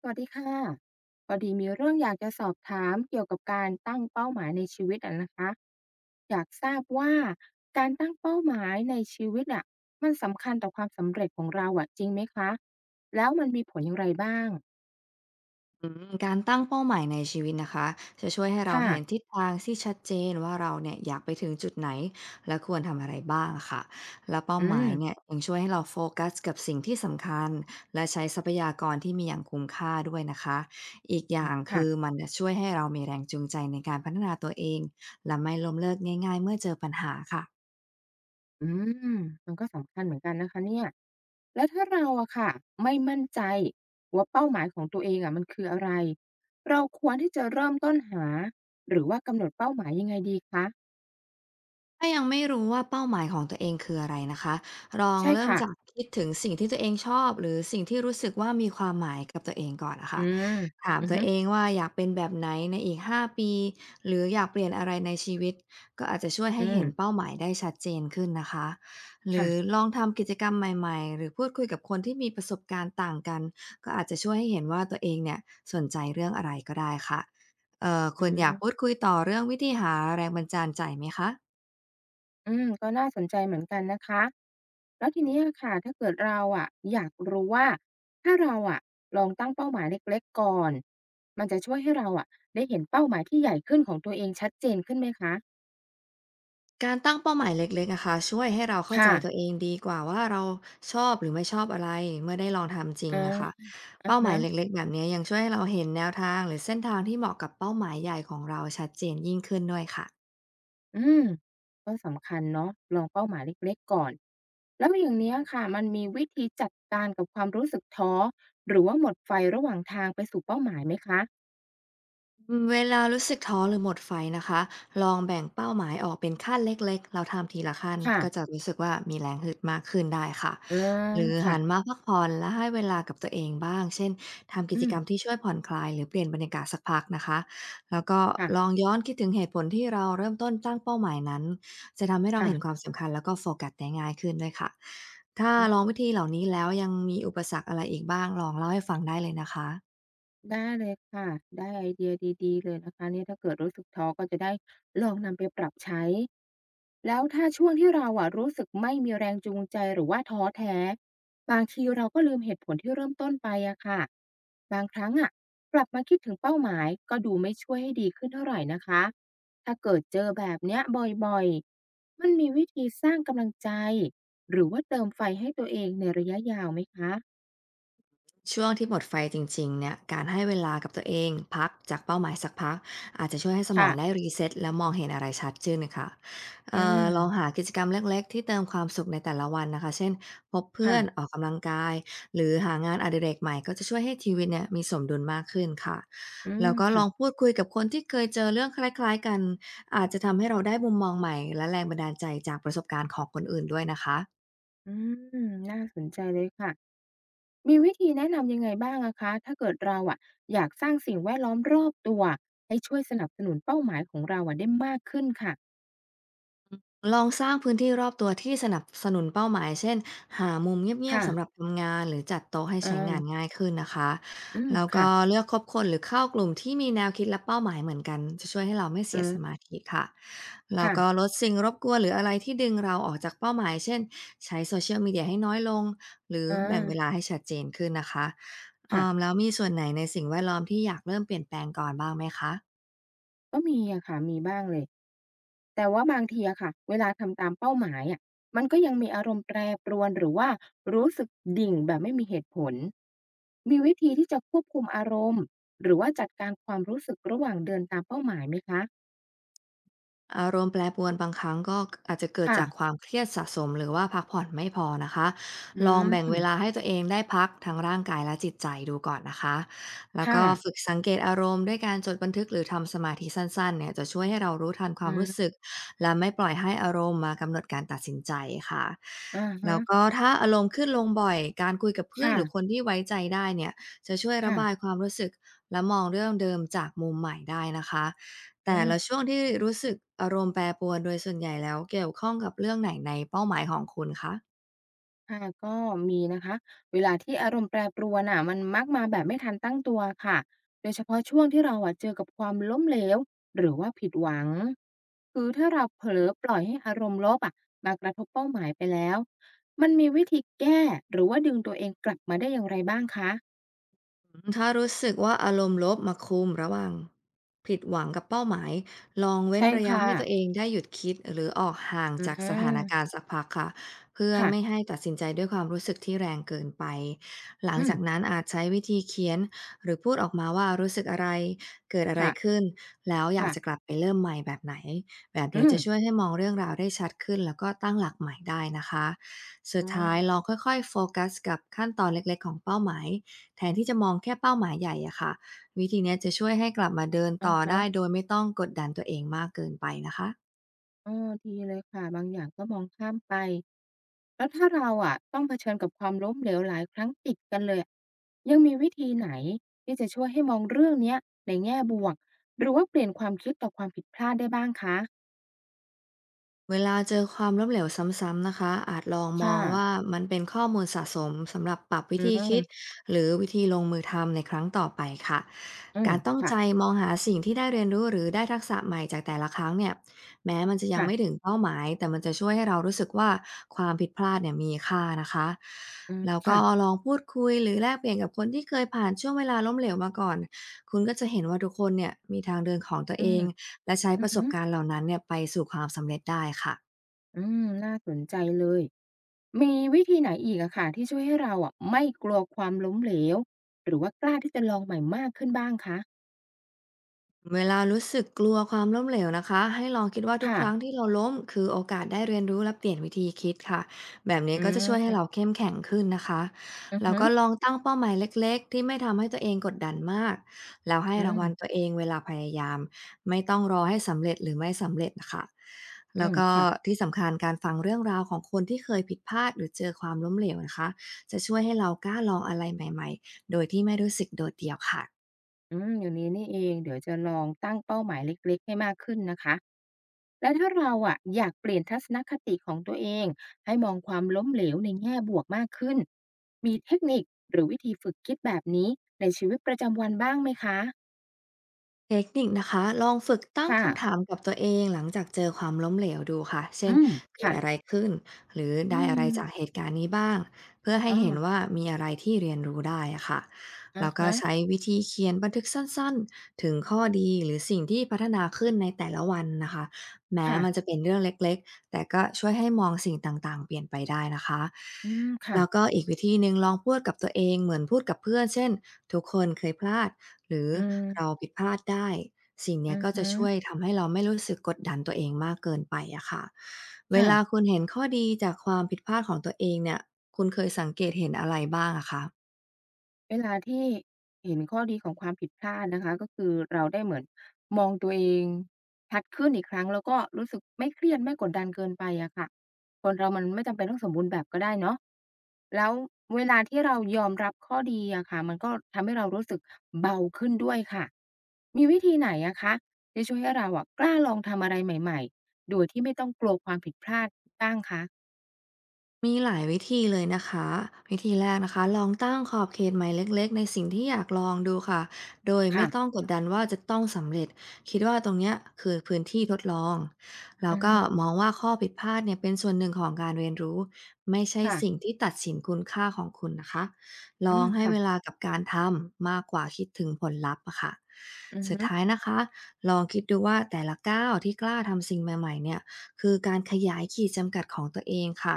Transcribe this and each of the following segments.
สวัสดีค่ะพอดีมีเรื่องอยากจะสอบถามเกี่ยวกับการตั้งเป้าหมายในชีวิตอะนะคะอยากทราบว่าการตั้งเป้าหมายในชีวิตอะมันสำคัญต่อความสำเร็จของเราอะจริงไหมคะแล้วมันมีผลอย่างไรบ้างการตั้งเป้าหมายในชีวิตนะคะจะช่วยให้เราค่ะเห็นทิศทางที่ชัดเจนว่าเราเนี่ยอยากไปถึงจุดไหนและควรทำอะไรบ้างอะค่ะและเป้าอืหมามยเนี่ยยังช่วยให้เราโฟกัสกับสิ่งที่สำคัญและใช้ทรัพยากรที่มีอย่างคุ้มค่าด้วยนะคะอีกอย่างคืค่ะอมันจะช่วยให้เรามีแรงจูงใจในการพัฒนาตัวเองและไม่ล้มเลิกง่ายๆเมื่อเจอปัญหาค่ะ อืมมันก็สำคัญเหมือนกันนะคะเนี่ยแล้วถ้าเราอะค่ะไม่มั่นใจว่าเป้าหมายของตัวเองอะมันคืออะไรเราควรที่จะเริ่มต้นหาหรือว่ากำหนดเป้าหมายยังไงดีคะถ้ายังไม่รู้ว่าเป้าหมายของตัวเองคืออะไรนะคะลองใช่เริ่มค่ะ จากคิดถึงสิ่งที่ตัวเองชอบหรือสิ่งที่รู้สึกว่ามีความหมายกับตัวเองก่อนนะอืคะมถามอือตัวฮึเองว่าอยากเป็นแบบไหนในอีก5 ปีหรืออยากเปลี่ยนอะไรในชีวิตก็อาจจะช่วยอืให้เห็มนเป้าหมายได้ชัดเจนขึ้นนะคะหรือค่ะลองทำกิจกรรมใหม่ๆหรือพูดคุยกับคนที่มีประสบการณ์ต่างกันก็อาจจะช่วยให้เห็นว่าตัวเองเนี่ยสนใจเรื่องอะไรก็ได้ค่ะอืคุณอยากมพูดคุยต่อเรื่องวิธีหาแรงบันดาลใจไหมคะ อืมก็น่าสนใจเหมือนกันนะคะแล้วทีเนี้ยค่ะถ้าเกิดเราอะอยากรู้ว่าถ้าเราอะลองตั้งเป้าหมายเล็กๆก่อนมันจะช่วยให้เราอะได้เห็นเป้าหมายที่ใหญ่ขึ้นของตัวเองชัดเจนขึ้นไหมคะการตั้งเป้าหมายเล็กๆนะคะช่วยให้เราเข้าใจค่ะตัวเองดีกว่าว่าเราชอบหรือไม่ชอบอะไรเมื่อได้ลองทำจริงอานะคะอะเป้าหมาฮะยเล็กๆแบบนี้ยังช่วยให้เราเห็นแนวทางหรือเส้นทางที่เหมาะกับเป้าหมายใหญ่ของเราชัดเจนยิ่งขึ้นด้วยค่ะ อืมก็สำคัญเนาะลองเป้าหมายเล็กๆก่อนแล้วอย่างเนี้ยค่ะมันมีวิธีจัดการกับความรู้สึกท้อหรือว่าหมดไฟระหว่างทางไปสู่เป้าหมายไหมคะเวลารู้สึกท้อหรือหมดไฟนะคะลองแบ่งเป้าหมายออกเป็นขั้นเล็กๆเราทำทีละขั้นก็จะค่ะ รู้สึกว่ามีแรงฮึดมากขึ้นได้ค่ะอาหรือค่ะหันมาพักผ่อนและให้เวลากับตัวเองบ้างเช่นทำกิจอืกรรมมที่ช่วยผ่อนคลายหรือเปลี่ยนบรรยากาศสักพักนะคะแล้วก็ลองค่ะย้อนคิดถึงเหตุผลที่เราเริ่มต้นตั้งเป้าหมายนั้นจะทำให้เราเห็นควาค่ะมสำคัญแล้วก็โฟกัสได้ง่ายขึ้นด้วยค่ะถ้าอืลองมวิธีเหล่านี้แล้วยังมีอุปสรรคอะไรอีกบ้างลองเล่าให้ฟังได้เลยนะคะ ได้เลยค่ะได้ไอเดียดีๆเลยนะคะเนี่ยถ้าเกิดรู้สึกท้อก็จะได้ลองนำไปปรับใช้แล้วถ้าช่วงที่เราอะรู้สึกไม่มีแรงจูงใจหรือว่าท้อแท้บางทีเราก็ลืมเหตุผลที่เริ่มต้นไปอะค่ะบางครั้งอะกลับมาคิดถึงเป้าหมายก็ดูไม่ช่วยให้ดีขึ้นเท่าไรนะคะถ้าเกิดเจอแบบเนี้ยบ่อยๆมันมีวิธีสร้างกำลังใจหรือว่าเติมไฟให้ตัวเองในระยะยาวไหมคะ ช่วงที่หมดไฟจริงๆเนี่ย การให้เวลากับตัวเองพักจากเป้าหมายสักพักอาจจะช่วยให้สมองได้ค่ะ รีเซ็ตและมองเห็นอะไรชัดขึ้นค่ะอืลองม หากิจกรรมเล็กๆที่เติมความสุขในแต่ละวันนะคะเช่นพบเพื่ค่ะ อนออกกำลังกายหรือหางานอดิเรกใหม่ก็จะช่วยให้ชีวิตเนี่ยมีสมดุลมากขึ้นค่ะอืม แล้วก็ลองค่ะ พูดคุยกับคนที่เคยเจอเรื่องคล้ายๆกันอาจจะทำให้เราได้มุมมองใหม่และแรงบันดาลใจจากประสบการณ์ของคนอื่นด้วยนะคะ อืม น่าสนใจเลยค่ะ มีวิธีแนะนำยังไงบ้างอะคะถ้าเกิดเราอะอยากสร้างสิ่งแวดล้อมรอบตัวให้ช่วยสนับสนุนเป้าหมายของเราอะได้มากขึ้นค่ะ ลองสร้างพื้นที่รอบตัวที่สนับสนุนเป้าหมายเช่นหามุมเงียบๆสำหรับค่ะทำงานหรือจัดโต๊ะให้เออใช้งานง่ายขึ้นนะคะอืม แล้วก็ค่ะเลือกคบคนหรือเข้ากลุ่มที่มีแนวคิดและเป้าหมายเหมือนกันจะช่วยให้เราไม่เอเสียอสมาธิค่ะแล้วค่ะก็ลดสิ่งรบกวนหรืออะไรที่ดึงเราออกจากเป้าหมายเช่นใช้โซเชียลมีเดียให้น้อยลงหรือเออแบ่งเวลาให้ชัดเจนขึ้นนะคะเอิ่มค่ะ แล้วมีส่วนไหนในสิ่งแวดล้อมที่อยากเริ่มเปลี่ยนแปลงก่อนบ้างไหมคะ ก็มีอะค่ะ มีบ้างเลย แต่ว่าบางทีอะค่ะเวลาทำตามเป้าหมายอะมันก็ยังมีอารมณ์แปรปรวนหรือว่ารู้สึกดิ่งแบบไม่มีเหตุผลมีวิธีที่จะควบคุมอารมณ์หรือว่าจัดการความรู้สึกระหว่างเดินตามเป้าหมายไหมคะอารมณ์แปรปรวนบางครั้งก็อาจจะเกิดค่ะจากความเครียดสะสมหรือว่าพักผ่อนไม่พอนะคะอืลองมแบ่งเวลาให้ตัวเองได้พักทั้งร่างกายและจิตใจดูก่อนนะคะแล้วค่ะก็ฝึกสังเกตอารมณ์ด้วยการจดบันทึกหรือทำสมาธิสั้นๆเนี่ยจะช่วยให้เรารู้ทันควาอืมรู้สึกมและไม่ปล่อยให้อารมณ์มากำหนดการตัดสินใจค่ะอะฮะแล้วก็ถ้าอารมณ์ขึ้นลงบ่อยการคุยกับเพื่อนหรือคค่ะนที่ไว้ใจได้เนี่ยจะช่วยระบายค่ะความรู้สึกและมองเรื่องเดิมจากมุมใหม่ได้นะคะ อืแต่ละม ช่วงที่รู้สึกอารมณ์แปรปรวนโดยส่วนใหญ่แล้วเกี่ยวข้องกับเรื่องไหนในเป้าหมายของคุณคะ ค่ะก็มีนะคะเวลาที่อารมณ์แปรปรวนอ่ะมันมักมาแบบไม่ทันตั้งตัวค่ะโดยเฉพาะช่วงที่เราอะเจอกับความล้มเหลวหรือว่าผิดหวังคือถ้าเราเผลอปล่อยให้อารมณ์ลบอะมากระทบเป้าหมายไปแล้วมันมีวิธีแก้หรือว่าดึงตัวเองกลับมาได้อย่างไรบ้างคะถ้ารู้สึกว่าอารมณ์ลบมาคุมระหว่างผิดหวังกับเป้าหมายลองเว้นใช่ระยะค่ะให้ตัวเองได้หยุดคิดหรือออกห่างอืจากสถานการณ์มสักพักค่ะเพื่อค่ะไม่ให้ตัดสินใจด้วยความรู้สึกที่แรงเกินไปหลังอืมจากนั้นอาจใช้วิธีเขียนหรือพูดออกมาว่ารู้สึกอะไรเกิดอะไรค่ะขึ้นแล้วอยากจะกค่ะลับไปเริ่มใหม่แบบไหนแบบอืนี้จะมช่วยให้มองเรื่องราวได้ชัดขึ้นแล้วก็ตั้งหลักใหม่ได้นะคะสุดอ๋อท้ายลองค่อยๆโฟกัสกับขั้นตอนเล็กๆของเป้าหมาย แทนที่จะมองแค่เป้าหมายใหญ่อะค่ะวิธีเนี้ยจะช่วยให้กลับมาเดินอะต่อฮะ ได้โดยไม่ต้องกดดันตัวเองมากเกินไปนะคะ เออดีเลยค่ะ บางอย่างก็มองข้ามไปแล้วถ้าเราอะต้องเผชิญกับความล้มเหลวหลายครั้งติดกันเลยยังมีวิธีไหนที่จะช่วยให้มองเรื่องเนี้ยในแง่บวกหรือว่าเปลี่ยนความคิดต่อความผิดพลาดได้บ้างคะเวลาเจอความล้มเหลวซ้ำๆนะคะอาจลองมอค่ะงว่ามันเป็นข้อมูลสะสมสำหรับปรับวิอืธีคิดมหรือวิธีลงมือทำในครั้งต่อไปค่ะอืมการตั้งค่ะใจมองหาสิ่งที่ได้เรียนรู้หรือได้ทักษะใหม่จากแต่ละครั้งเนี่ยแม้มันจะยังไม่ถึค่ะงเป้าหมายแต่มันจะช่วยให้เรารู้สึกว่าความผิดพลาดเนี่ยมีค่านะคะอืมแล้วก็ค่ะลองพูดคุยหรือแลกเปลี่ยนกับคนที่เคยผ่านช่วงเวลาล้มเหลวมาก่อนคุณก็จะเห็นว่าทุกคนเนี่ยมีทางเดินของตัวอืเอมง และใช้อืปอระสฮึบการณ์เหล่านั้นเนี่ยไปสู่ความสำเร็จได้ค่ะ อืมน่าสนใจเลย มีวิธีไหนอีกอะค่ะที่ช่วยให้เราอะไม่กลัวความล้มเหลวหรือว่ากล้าที่จะลองใหม่มากขึ้นบ้างคะเวลารู้สึกกลัวความล้มเหลวนะคะให้ลองคิดว่าทุกค่ะครั้งที่เราล้มคือโอกาสได้เรียนรู้และเปลี่ยนวิธีคิดค่ะแบบนี้อืก็จะช่วยให้มเราเข้มแข็งขึ้นนะคะอือแล้วฮึ ก็ลองตั้งเป้าหมายเล็กๆที่ไม่ทำให้ตัวเองกดดันมากแล้วให้อืรางมวัลตัวเองเวลาพยายามไม่ต้องรอให้สำเร็จหรือไม่สำเร็จนะคะอืแล้วมก็ค่ะที่สำคัญการฟังเรื่องราวของคนที่เคยผิดพลาดหรือเจอความล้มเหลวนะคะจะช่วยให้เรากล้าลองอะไรใหม่ๆโดยที่ไม่รู้สึกโดดเดี่ยวค่ะ อืมอย่างนี้นี่เองเดี๋ยวจะลองตั้งเป้าหมายเล็กๆให้มากขึ้นนะคะแล้วถ้าเราอะอยากเปลี่ยนทัศนคติของตัวเองให้มองความล้มเหลวในแง่บวกมากขึ้นมีเทคนิคหรือวิธีฝึกคิดแบบนี้ในชีวิตประจำวันบ้างไหมคะเทคนิคนะคะ ลองฝึกตั้งคำถาค่ะมกับตัวเองหลังจากเจอความล้มเหลวดูค่ะ เช่อืน มเกิดค่ะอะไรขึ้น หรือได้อือะไรมจากเหตุการณ์นี้บ้าง เพื่อให้อ้อเห็นว่ามีอะไรที่เรียนรู้ได้อะค่ะ อะแล้วก็ฮะใช้วิธีเขียนบันทึกสั้นๆ ถึงข้อดีหรือสิ่งที่พัฒนาขึ้นในแต่ละวันนะคะ แม้มันจะค่ะเป็นเรื่องเล็กๆ แต่ก็ช่วยให้มองสิ่งต่างๆเปลี่ยนไปได้นะคะอืมค่ะแล้วก็อีกวิธีหนึ่งลองพูดกับตัวเองเหมือนพูดกับเพื่อนเช่นทุกคนเคยพลาด หรืออืมเราผิดพลาดได้สิ่งอืเนี้ยอก็จะฮึช่วยทำให้เราไม่รู้สึกกดดันตัวเองมากเกินไปอะค่ะเวลาค่ะ คุณเห็นข้อดีจากความผิดพลาดของตัวเองเนี่ยคุณเคยสังเกตเห็นอะไรบ้างอะคะ เวลาที่เห็นข้อดีของความผิดพลาดนะคะก็คือเราได้เหมือนมองตัวเองชัดขึ้นอีกครั้งแล้วก็รู้สึกไม่เครียดไม่กดดันเกินไปอะค่ะคนเรามันไม่จำเป็นต้องสมบูรณ์แบบก็ได้เนาะแล้วเวลาที่เรายอมรับข้อดีอะค่ะมันก็ทำให้เรารู้สึกเบาขึ้นด้วยค่ะมีวิธีไหนอะคะที่ช่วยให้เราอะกล้าลองทำอะไรใหม่ๆโดยที่ไม่ต้องกลัวความผิดพลาดบ้างคะมีหลายวิธีเลยนะคะวิธีแรกนะคะลองตั้งขอบเขตใหม่เล็กๆในสิ่งที่อยากลองดูค่ะโดยไม่ค่ะต้องกดดันว่าจะต้องสำเร็จคิดว่าตรงเนี้ยคือพื้นที่ทดลองแล้วอือก็ฮึมองว่าข้อผิดพลาดเนี่ยเป็นส่วนหนึ่งของการเรียนรู้ไม่ใช่ค่ะสิ่งที่ตัดสินคุณค่าของคุณนะคะลอืองมให้เวค่ะลากับการทำมากกว่าคิดถึงผลลัพธ์อะค่ะอือสุดฮึท้ายนะคะลองคิดดูว่าแต่ละก้าวที่กล้าทำสิ่งใหม่ๆเนี่ยคือการขยายขีดจำกัดของตัวเองค่ะ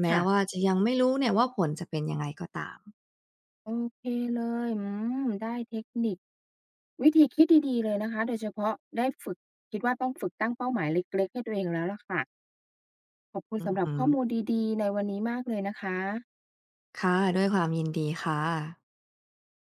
แม้ว่าค่ะ จะยังไม่รู้เนี่ยว่าผลจะเป็นยังไงก็ตามโอเคเลยอืมได้เทคนิควิธีคิดดีๆเลยนะคะ โดยเฉพาะได้ฝึกคิดว่าต้องฝึกตั้งเป้าหมายเล็กๆให้ตัวเองแล้วล่ะค่ะขอบคุณอือสำหรับฮึข้อมูลดีๆในวันนี้มากเลยนะคะค่ะ ด้วยความยินดีค่ะ